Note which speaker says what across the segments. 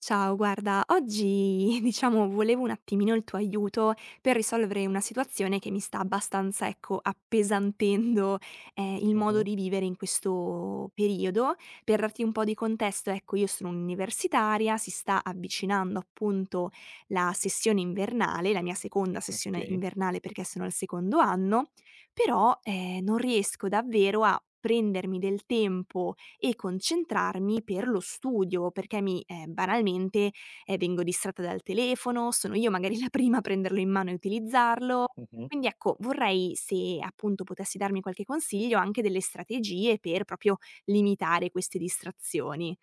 Speaker 1: Ciao, guarda, oggi diciamo volevo un attimino il tuo aiuto per risolvere una situazione che mi sta abbastanza, ecco, appesantendo, il modo
Speaker 2: Mh-mh,
Speaker 1: di vivere in questo periodo. Per darti un po' di contesto, ecco, io sono un'universitaria, si sta avvicinando appunto la sessione invernale, la mia seconda sessione
Speaker 2: okay.
Speaker 1: invernale perché sono al secondo anno, però, non riesco davvero a prendermi del tempo e concentrarmi per lo studio, perché mi banalmente, vengo distratta dal telefono, sono io magari la prima a prenderlo in mano e utilizzarlo.
Speaker 2: Mh-mh.
Speaker 1: Quindi ecco, vorrei se appunto potessi darmi qualche consiglio, anche delle strategie per proprio limitare queste distrazioni.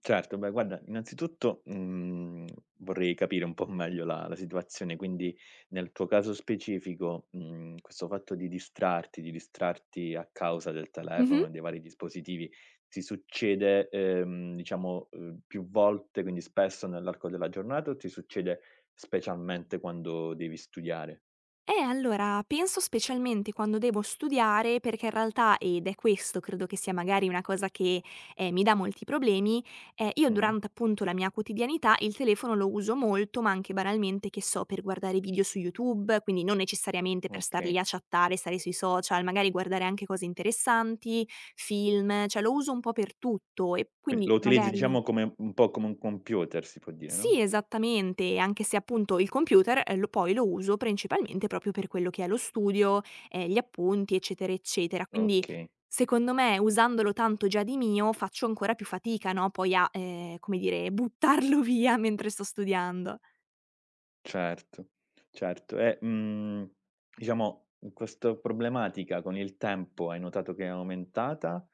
Speaker 2: Certo, beh guarda, innanzitutto, vorrei capire un po' meglio la situazione, quindi nel tuo caso specifico, questo fatto di distrarti a causa del
Speaker 1: Mh-mh.
Speaker 2: telefono e dei vari dispositivi, ti succede, diciamo, più volte, quindi spesso nell'arco della giornata o ti succede specialmente quando devi studiare?
Speaker 1: Allora, penso specialmente quando devo studiare perché in realtà, ed è questo credo che sia magari una cosa che, mi dà molti problemi, io
Speaker 2: Mh-mh,
Speaker 1: durante appunto la mia quotidianità il telefono lo uso molto, ma anche banalmente, che so, per guardare video su YouTube, quindi non necessariamente per star lì
Speaker 2: okay.
Speaker 1: a chattare, stare sui social, magari guardare anche cose interessanti, film, cioè lo uso un po' per tutto e
Speaker 2: Quindi
Speaker 1: quindi
Speaker 2: lo utilizzi
Speaker 1: magari
Speaker 2: diciamo come un po' come un computer si può dire, no?
Speaker 1: sì, esattamente, anche se appunto il computer, lo poi lo uso principalmente proprio per quello che è lo studio, gli appunti, eccetera, eccetera. Quindi,
Speaker 2: Okay.
Speaker 1: secondo me, usandolo tanto già di mio, faccio ancora più fatica, no, poi a, come dire, buttarlo via mentre sto studiando.
Speaker 2: Certo, certo. E, diciamo, questa problematica con il tempo hai notato che è aumentata,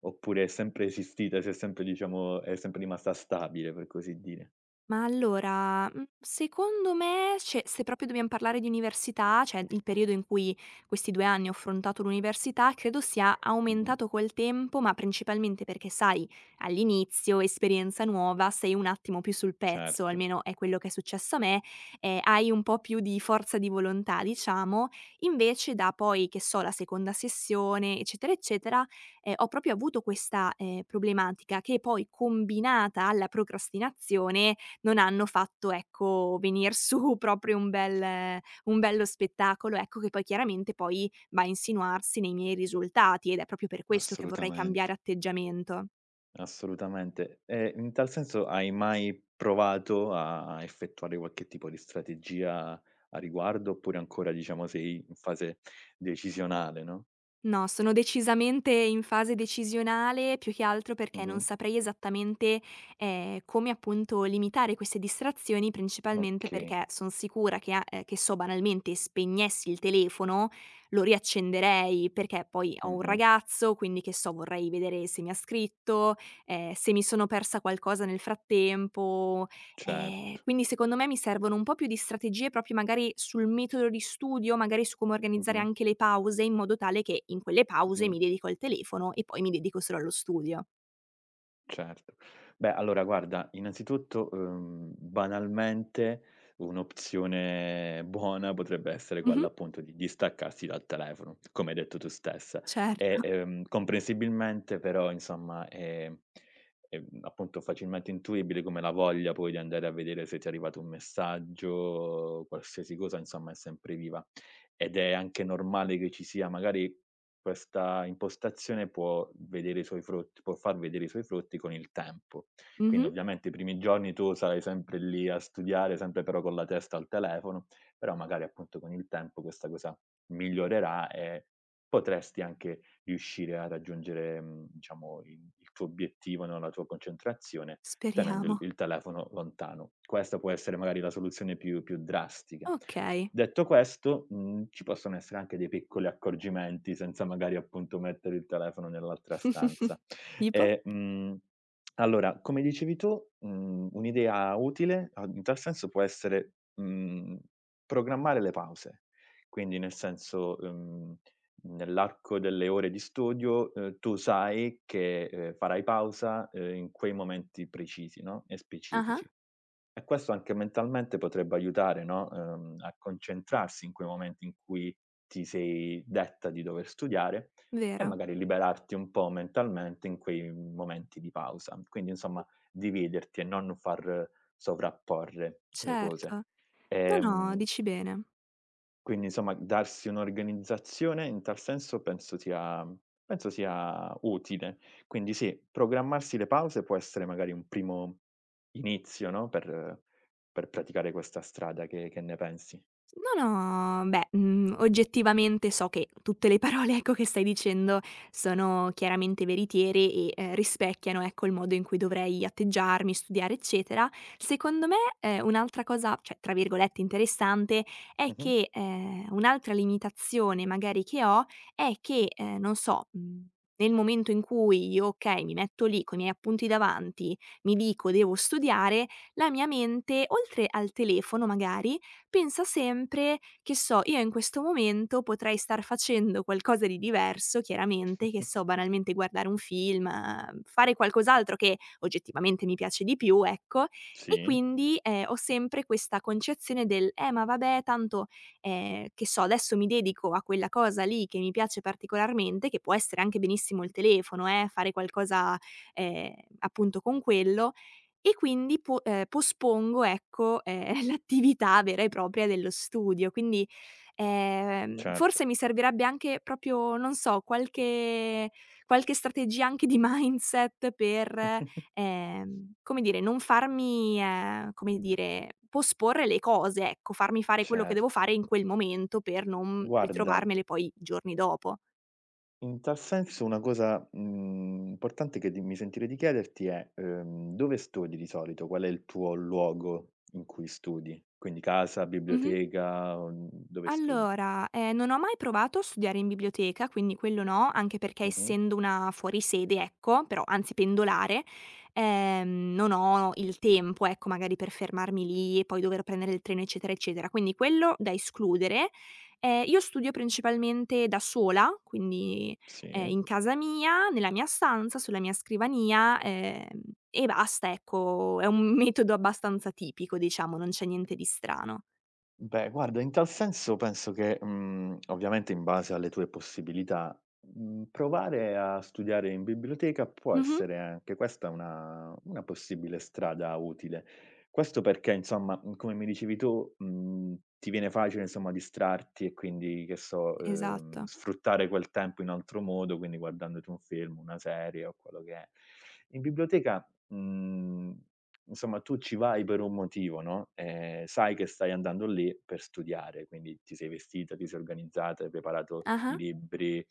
Speaker 2: oppure è sempre esistita, si è sempre diciamo è sempre rimasta stabile, per così dire?
Speaker 1: Ma allora, secondo me ce se proprio dobbiam parlare di università, cioè il periodo in cui questi 2 anni ho affrontato l'università, credo sia
Speaker 2: Mh-mh.
Speaker 1: aumentato col tempo, ma principalmente perché sai, all'inizio, esperienza nuova, sei un attimo più sul pezzo,
Speaker 2: Certo.
Speaker 1: almeno è quello che è successo a me, hai un po' più di forza di volontà diciamo, invece da poi, che so, la seconda sessione, eccetera, eccetera, ho proprio avuto questa, problematica che poi combinata alla procrastinazione non hanno fatto, ecco, venir su proprio un bello spettacolo, ecco, che poi chiaramente poi va a insinuarsi nei miei risultati ed è proprio per questo che vorrei
Speaker 2: Assolutamente.
Speaker 1: cambiare atteggiamento.
Speaker 2: Assolutamente. E in tal senso hai mai provato a effettuare qualche tipo di strategia a riguardo, oppure ancora diciamo sei in fase decisionale, no?
Speaker 1: No, sono decisamente in fase decisionale, più che altro perché
Speaker 2: Mh-mh.
Speaker 1: non saprei esattamente, come appunto limitare queste distrazioni, principalmente
Speaker 2: Okay.
Speaker 1: perché son sicura che a che so banalmente spegnessi il telefono, lo riaccenderei, perché poi ho un
Speaker 2: Mh-mh.
Speaker 1: ragazzo, quindi che so vorrei vedere se mi ha scritto, se mi sono persa qualcosa nel frattempo.
Speaker 2: Certo.
Speaker 1: Quindi secondo me mi servono un po' più di strategie proprio magari sul metodo di studio, magari su come organizzare
Speaker 2: Mh-mh,
Speaker 1: anche le pause, in modo tale che in quelle pause
Speaker 2: mh,
Speaker 1: mi dedico al telefono e poi mi dedico solo allo studio.
Speaker 2: certo. Beh, allora guarda, innanzitutto, banalmente un'opzione buona potrebbe essere quella
Speaker 1: Mh-mh,
Speaker 2: appunto di distaccarsi dal telefono, come hai detto tu stessa. E,
Speaker 1: certo.
Speaker 2: comprensibilmente però insomma è appunto facilmente intuibile come la voglia poi di andare a vedere se ti è arrivato un messaggio, qualsiasi cosa insomma è sempre viva. Ed è anche normale che ci sia magari questa impostazione può far vedere i suoi frutti con il tempo. Quindi
Speaker 1: Mh-mh.
Speaker 2: ovviamente i primi giorni tu sarai sempre lì a studiare, sempre però con la testa al telefono, però magari appunto con il tempo questa cosa migliorerà e potresti anche riuscire a raggiungere, diciamo il tuo obiettivo, no, la tua concentrazione tenendo il
Speaker 1: Speriamo.
Speaker 2: il telefono lontano. Questa può essere magari la soluzione più drastica.
Speaker 1: Okay.
Speaker 2: Detto questo, ci possono essere anche dei piccoli accorgimenti senza magari appunto mettere il telefono nell'altra stanza.
Speaker 1: Tipo?
Speaker 2: E, allora come dicevi tu, un'idea utile a in tal senso può essere, programmare le pause. Quindi nel senso, nell'arco delle ore di studio, tu sai che, farai pausa, in quei momenti precisi, no, e
Speaker 1: Ah-ah.
Speaker 2: specifici. E questo anche mentalmente potrebbe aiutare, no, a concentrarsi in quei momenti in cui ti sei detta di dover studiare e
Speaker 1: Vero,
Speaker 2: magari liberarti un po' mentalmente in quei momenti di pausa. Quindi insomma dividerti e non far sovrapporre le cose.
Speaker 1: certo. No, no,
Speaker 2: Ehm
Speaker 1: dici bene.
Speaker 2: quindi insomma darsi un'organizzazione in tal senso penso sia utile. Quindi sì, programmarsi le pause può essere magari un primo inizio, no, per praticare questa strada, che ne pensi?
Speaker 1: No, no, beh, oggettivamente so che tutte le parole, ecco, che stai dicendo sono chiaramente veritiere e, rispecchiano, ecco, il modo in cui dovrei atteggiarmi, studiare, eccetera. Secondo me, un'altra cosa, cioè, tra virgolette, "interessante" è
Speaker 2: Mh-mh.
Speaker 1: che, un'altra limitazione magari che ho è che, non so, nel momento in cui io, okay, mi metto lì coi miei appunti davanti, mi dico: "Devo studiare", la mia mente, oltre al telefono magari, pensa sempre che so: "Io in questo momento potrei star facendo qualcosa di diverso", chiaramente, che so, banalmente guardare un film, fare qualcos'altro che oggettivamente mi piace di più, ecco, e
Speaker 2: Sì,
Speaker 1: quindi, ho sempre questa concezione del: ma vabbè tanto, che so, adesso mi dedico a quella cosa lì che mi piace particolarmente", che può essere anche benissimo il telefono fare qualcosa, ehm, appunto con quello, e quindi po pospongo, ecco, l'attività vera e propria dello studio. Quindi,
Speaker 2: certo.
Speaker 1: forse mi servirebbe anche proprio, non so, qualche strategia anche di mindset per, come dire, non farmi, come dire, posporre le cose, ecco, farmi fare quello che
Speaker 2: Certo.
Speaker 1: devo fare in quel momento per non
Speaker 2: Guarda,
Speaker 1: ritrovarmele poi i giorni dopo.
Speaker 2: in tal senso una cosa, importante che di mi sentirei di chiederti è: dove studi di solito? Qual è il tuo luogo in cui studi? Quindi casa,
Speaker 1: Mh-mh.
Speaker 2: biblioteca, o, dove studi?
Speaker 1: Allora, non ho mai provato a studiare in biblioteca, quindi quello no, anche perché
Speaker 2: Mh-mh.
Speaker 1: essendo una fuorisede, ecco, però anzi pendolare, non ho il tempo, ecco, magari per fermarmi lì e poi dover prendere il treno, eccetera, eccetera. Quindi quello da escludere. Io studio principalmente da sola, quindi,
Speaker 2: Sì.
Speaker 1: in casa mia, nella mia stanza, sulla mia scrivania, e basta, ecco. È un metodo abbastanza tipico, diciamo, non c'è niente di strano.
Speaker 2: Beh, guarda, in tal senso penso che, ovviamente in base alle tue possibilità, provare a studiare in biblioteca può
Speaker 1: Mh-mh,
Speaker 2: essere anche questa una possibile strada utile. Questo perché insomma, come mi dicevi tu, ti viene facile insomma distrarti e quindi, che so,
Speaker 1: esatto.
Speaker 2: sfruttare quel tempo in altro modo, quindi guardandoti un film, una serie o quello che è. In biblioteca, mhmm insomma, tu ci vai per un motivo, no, sai che stai andando lì per studiare, quindi ti sei vestita, ti sei organizzata, hai preparato i
Speaker 1: Ah-ah.
Speaker 2: libri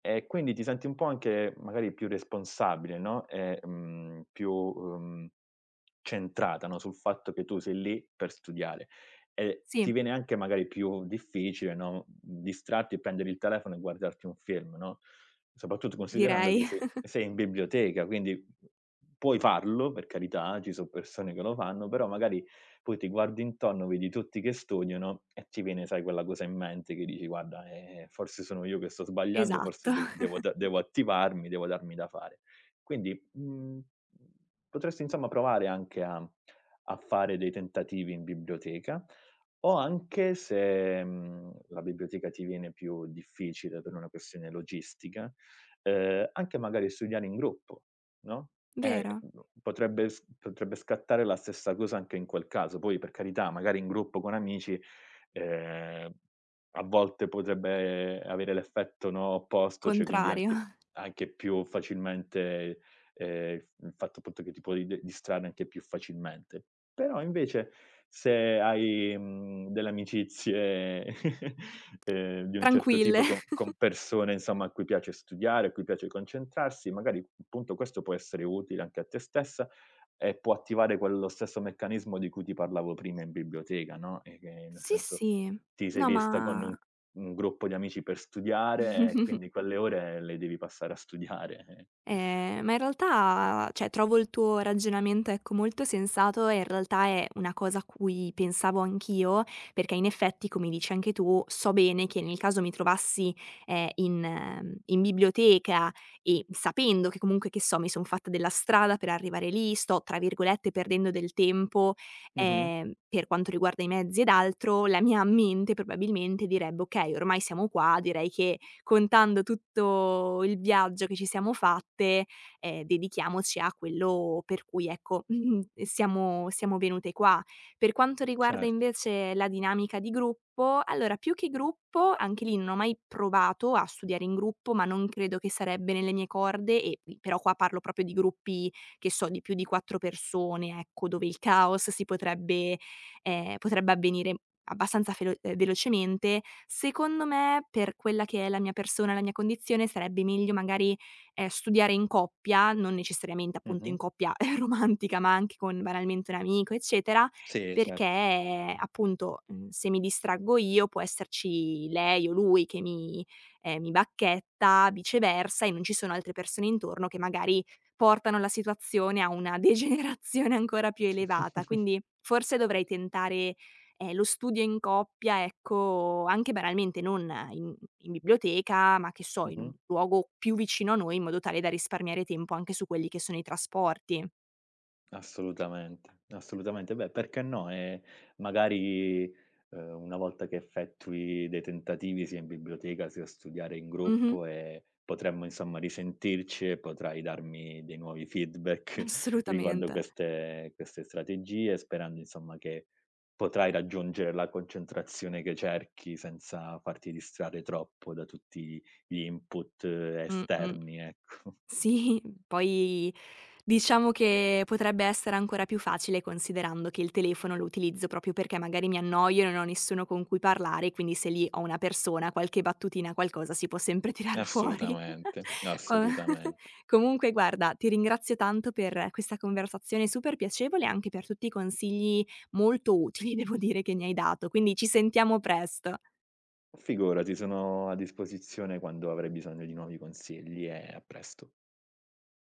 Speaker 2: e quindi ti senti un po' anche magari più responsabile, no, e, più, centrata, no, sul fatto che tu sei lì per studiare e ti
Speaker 1: Sì,
Speaker 2: viene anche magari più difficile, no, distrarti e prendere il telefono e guardarti un film, no? Soprattutto considerando che
Speaker 1: direi.
Speaker 2: se sei in biblioteca, quindi puoi farlo, per carità, ci so' persone che lo fanno, però magari poi ti guardi intorno, vedi tutti che studiano e ti viene, sai, quella cosa in mente che dici: "Guarda, forse sono io che sto sbagliando,
Speaker 1: Esatto.
Speaker 2: forse devo attivarmi, devo darmi da fare". Quindi, potresti insomma provare anche a fare dei tentativi in biblioteca o anche se, la biblioteca ti viene più difficile per una questione logistica, anche magari studiare in gruppo, no, ehm,
Speaker 1: Vero.
Speaker 2: potrebbe scattare la stessa cosa anche in quel caso. Poi, per carità, magari in gruppo con amici, ehm, a volte potrebbe avere l'effetto, no, opposto, cioè quindi
Speaker 1: Contrario.
Speaker 2: anche più facilmente il fatto appunto che ti puoi de distrarre anche più facilmente. Però invece se hai, delle amicizie, di un certo
Speaker 1: Tranquille.
Speaker 2: tipo con persone insomma a cui piace studiare, a cui piace concentrarsi, magari appunto questo può essere utile anche a te stessa e può attivare quello stesso meccanismo di cui ti parlavo prima in biblioteca, no, e che nel
Speaker 1: Sì,
Speaker 2: senso
Speaker 1: sì.
Speaker 2: ti sei
Speaker 1: No,
Speaker 2: vista con
Speaker 1: ma
Speaker 2: un gruppo di amici per studiare e quindi quelle ore le devi passare a studiare.
Speaker 1: Ma in realtà cioè trovo il tuo ragionamento, ecco, molto sensato e in realtà è una cosa a cui pensavo anch'io, perché in effetti, come dici anche tu, so bene che nel caso mi trovassi, in biblioteca e sapendo che comunque, che so, mi son fatta della strada per arrivare lì, sto, tra virgolette, "perdendo del tempo",
Speaker 2: Mh-mh,
Speaker 1: per quanto riguarda i mezzi ed altro, la mia mente probabilmente direbbe: "Okay, ormai siamo qua, direi che contando tutto il viaggio che ci siamo fatte, dedichiamoci a quello per cui, ecco, siamo venute qua." Per quanto riguarda
Speaker 2: certo.
Speaker 1: invece la dinamica di gruppo, allora più che gruppo, anche lì non ho mai provato a studiare in gruppo, ma non credo che sarebbe nelle mie corde e però qua parlo proprio di gruppi, che so, di più di 4 persone, ecco, dove il caos si potrebbe potrebbe avvenire. Abbastanza felo velocemente. Secondo me, per quella che è la mia persona, la mia condizione, sarebbe meglio magari, studiare in coppia, non necessariamente appunto
Speaker 2: Mh-mh.
Speaker 1: in coppia romantica, ma anche con banalmente un amico, eccetera,
Speaker 2: Sì,
Speaker 1: perché
Speaker 2: certo.
Speaker 1: appunto, se mi distraggo io può esserci lei o lui che mi mi bacchetta, viceversa, e non ci sono altre persone intorno che magari portano la situazione a una degenerazione ancora più elevata. Quindi forse dovrei tentare. Lo studio in coppia, ecco, anche banalmente non in biblioteca, ma che so, in un
Speaker 2: Mh-mh.
Speaker 1: luogo più vicino a noi, in modo tale da risparmiare tempo anche su quelli che sono i trasporti.
Speaker 2: Assolutamente, assolutamente. Beh, perché no? E magari, una volta che effettui dei tentativi sia in biblioteca, sia studiare in
Speaker 1: Mh-mh,
Speaker 2: gruppo e potremmo insomma risentirci e potrai darmi dei nuovi feedback riguardo
Speaker 1: assolutamente.
Speaker 2: queste strategie, sperando insomma che potrai raggiungere la concentrazione che cerchi senza farti distrarre troppo da tutti gli input
Speaker 1: Mh-mh.
Speaker 2: esterni, ecco.
Speaker 1: Sì, poi diciamo che potrebbe essere ancora più facile considerando che il telefono lo utilizzo proprio perché magari mi annoio e non ho nessuno con cui parlare, quindi se lì ho una persona, qualche battutina, qualcosa si può sempre tirar fuori.
Speaker 2: Assolutamente,
Speaker 1: Co
Speaker 2: assolutamente.
Speaker 1: comunque guarda, ti ringrazio tanto per questa conversazione super piacevole e anche per tutti i consigli molto utili, devo dire, che mi hai dato, quindi ci sentiamo presto.
Speaker 2: Figurati, sono a disposizione quando avrai bisogno di nuovi consigli e a presto.